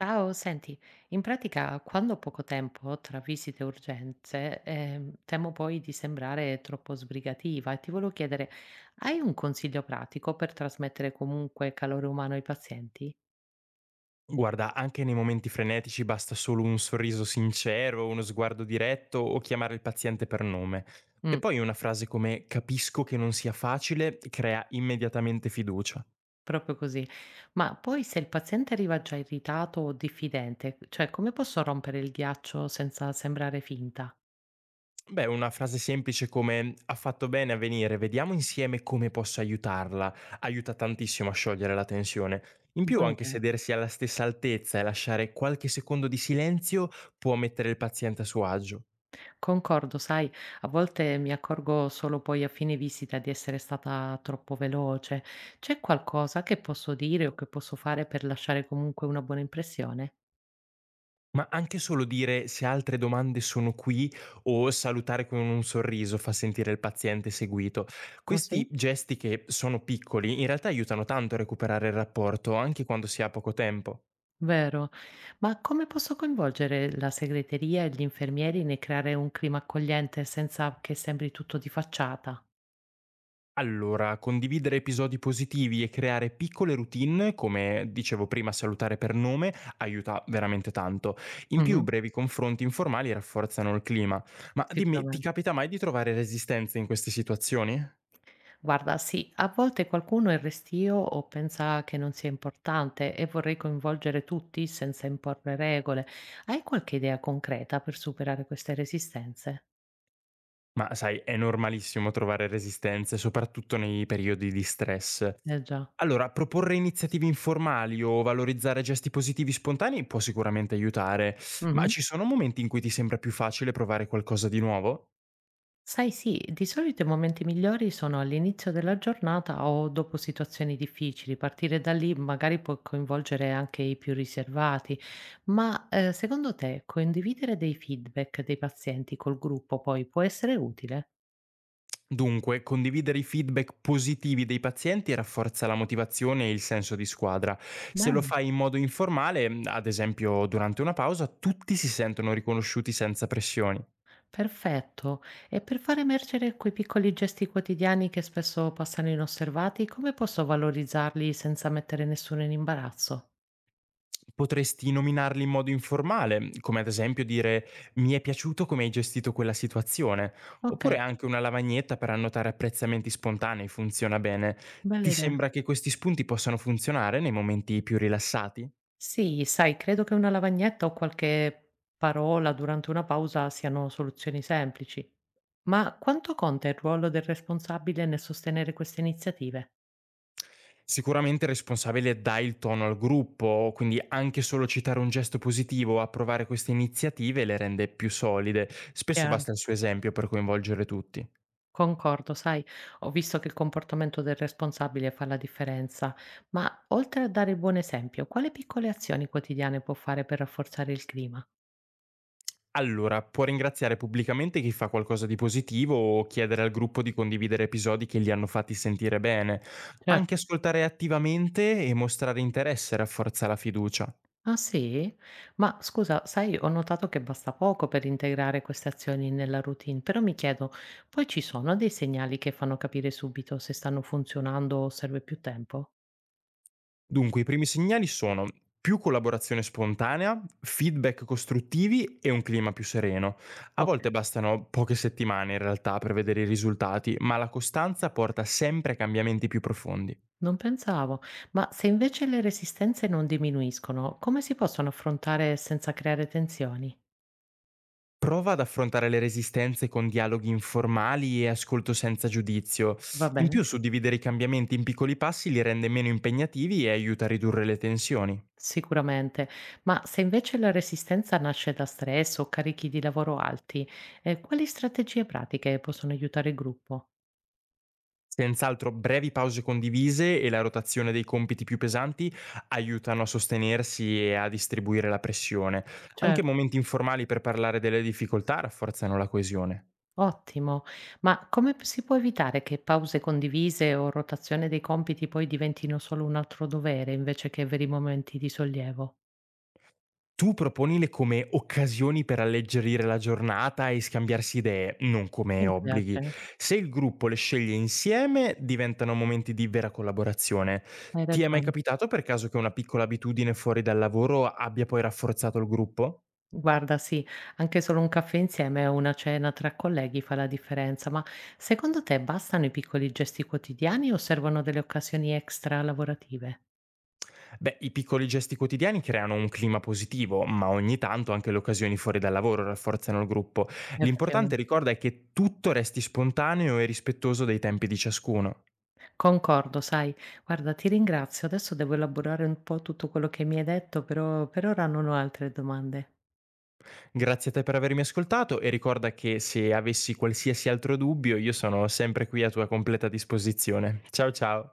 Ciao, senti, in pratica quando ho poco tempo tra visite e urgenze, temo poi di sembrare troppo sbrigativa e ti volevo chiedere, hai un consiglio pratico per trasmettere comunque calore umano ai pazienti? Guarda, anche nei momenti frenetici basta solo un sorriso sincero, uno sguardo diretto o chiamare il paziente per nome. E Mm, poi una frase come capisco che non sia facile crea immediatamente fiducia. proprio così. Ma poi se il paziente arriva già irritato o diffidente, cioè come posso rompere il ghiaccio senza sembrare finta? Beh, una frase semplice come ha fatto bene a venire, vediamo insieme come posso aiutarla, aiuta tantissimo a sciogliere la tensione. In più Buona anche idea. sedersi alla stessa altezza e lasciare qualche secondo di silenzio può mettere il paziente a suo agio. Concordo, sai, a volte mi accorgo solo poi a fine visita di essere stata troppo veloce. C'è qualcosa che posso dire o che posso fare per lasciare comunque una buona impressione? Ma anche solo dire: "Se ha altre domande sono qui", o salutare con un sorriso fa sentire il paziente seguito. Oh sì? Questi gesti che sono piccoli, in realtà aiutano tanto a recuperare il rapporto, anche quando si ha poco tempo. Vero. Ma come posso coinvolgere la segreteria e gli infermieri nel creare un clima accogliente senza che sembri tutto di facciata? Allora, condividere episodi positivi e creare piccole routine, come dicevo prima salutare per nome, aiuta veramente tanto. In più Mhm. brevi confronti informali rafforzano il clima. Ma dimmi, ti Sicuramente. capita mai di trovare resistenze in queste situazioni? Guarda, sì, a volte qualcuno è restio o pensa che non sia importante e vorrei coinvolgere tutti senza imporre regole. Hai qualche idea concreta per superare queste resistenze? Ma sai, è normalissimo trovare resistenze, soprattutto nei periodi di stress. Eh già. Allora, proporre iniziative informali o valorizzare gesti positivi spontanei può sicuramente aiutare, ma Mhm. ci sono momenti in cui ti sembra più facile provare qualcosa di nuovo? Sai, sì, di solito i momenti migliori sono all'inizio della giornata o dopo situazioni difficili. Partire da lì magari può coinvolgere anche i più riservati. Ma secondo te condividere dei feedback dei pazienti col gruppo poi può essere utile? Dunque, condividere i feedback positivi dei pazienti rafforza la motivazione e il senso di squadra. Se lo Bene. fai in modo informale, ad esempio durante una pausa, tutti si sentono riconosciuti senza pressioni. Perfetto. E per far emergere quei piccoli gesti quotidiani che spesso passano inosservati, come posso valorizzarli senza mettere nessuno in imbarazzo? Potresti nominarli in modo informale, come ad esempio dire mi è piaciuto come hai gestito quella situazione, Ok. oppure anche una lavagnetta per annotare apprezzamenti spontanei funziona bene. Ti Bella idea. sembra che questi spunti possano funzionare nei momenti più rilassati? Sì, sai, credo che una lavagnetta o qualche parola durante una pausa siano soluzioni semplici. Ma quanto conta il ruolo del responsabile nel sostenere queste iniziative? Sicuramente il responsabile dà il tono al gruppo, quindi anche solo citare un gesto positivo o approvare queste iniziative le rende più solide. Spesso Chiaro. basta il suo esempio per coinvolgere tutti. Concordo, sai, ho visto che il comportamento del responsabile fa la differenza, ma oltre a dare il buon esempio, quali piccole azioni quotidiane può fare per rafforzare il clima? Allora, può ringraziare pubblicamente chi fa qualcosa di positivo o chiedere al gruppo di condividere episodi che li hanno fatti sentire bene. Anche Certo. ascoltare attivamente e mostrare interesse rafforza la fiducia. Ah sì? Ma scusa, sai, ho notato che basta poco per integrare queste azioni nella routine, però mi chiedo, poi ci sono dei segnali che fanno capire subito se stanno funzionando o serve più tempo? Dunque, i primi segnali sono più collaborazione spontanea, feedback costruttivi e un clima più sereno. A Ok. volte bastano poche settimane in realtà per vedere i risultati, ma la costanza porta sempre a cambiamenti più profondi. Non pensavo, ma se invece le resistenze non diminuiscono, come si possono affrontare senza creare tensioni? Prova ad affrontare le resistenze con dialoghi informali e ascolto senza giudizio. Va In bene, più, suddividere i cambiamenti in piccoli passi li rende meno impegnativi e aiuta a ridurre le tensioni. sicuramente. Ma se invece la resistenza nasce da stress o carichi di lavoro alti, quali strategie pratiche possono aiutare il gruppo? Senz'altro, brevi pause condivise e la rotazione dei compiti più pesanti aiutano a sostenersi e a distribuire la pressione. Anche Certo, momenti informali per parlare delle difficoltà rafforzano la coesione. ottimo. Ma come si può evitare che pause condivise o rotazione dei compiti poi diventino solo un altro dovere invece che veri momenti di sollievo? Tu proponile come occasioni per alleggerire la giornata e scambiarsi idee, non come Mi obblighi. piace, Se il gruppo le sceglie insieme, diventano momenti di vera collaborazione. hai Ti è mai ragione. capitato per caso che una piccola abitudine fuori dal lavoro abbia poi rafforzato il gruppo? Guarda, sì, anche solo un caffè insieme o una cena tra colleghi fa la differenza, ma secondo te bastano i piccoli gesti quotidiani o servono delle occasioni extra lavorative? Beh, i piccoli gesti quotidiani creano un clima positivo, ma ogni tanto anche le occasioni fuori dal lavoro rafforzano il gruppo. L'importante Effettivamente. ricorda è che tutto resti spontaneo e rispettoso dei tempi di ciascuno. Concordo, sai, guarda, ti ringrazio. Adesso devo elaborare un po' tutto quello che mi hai detto, però per ora non ho altre domande. Grazie a te per avermi ascoltato e ricorda che se avessi qualsiasi altro dubbio io sono sempre qui a tua completa disposizione. Ciao ciao.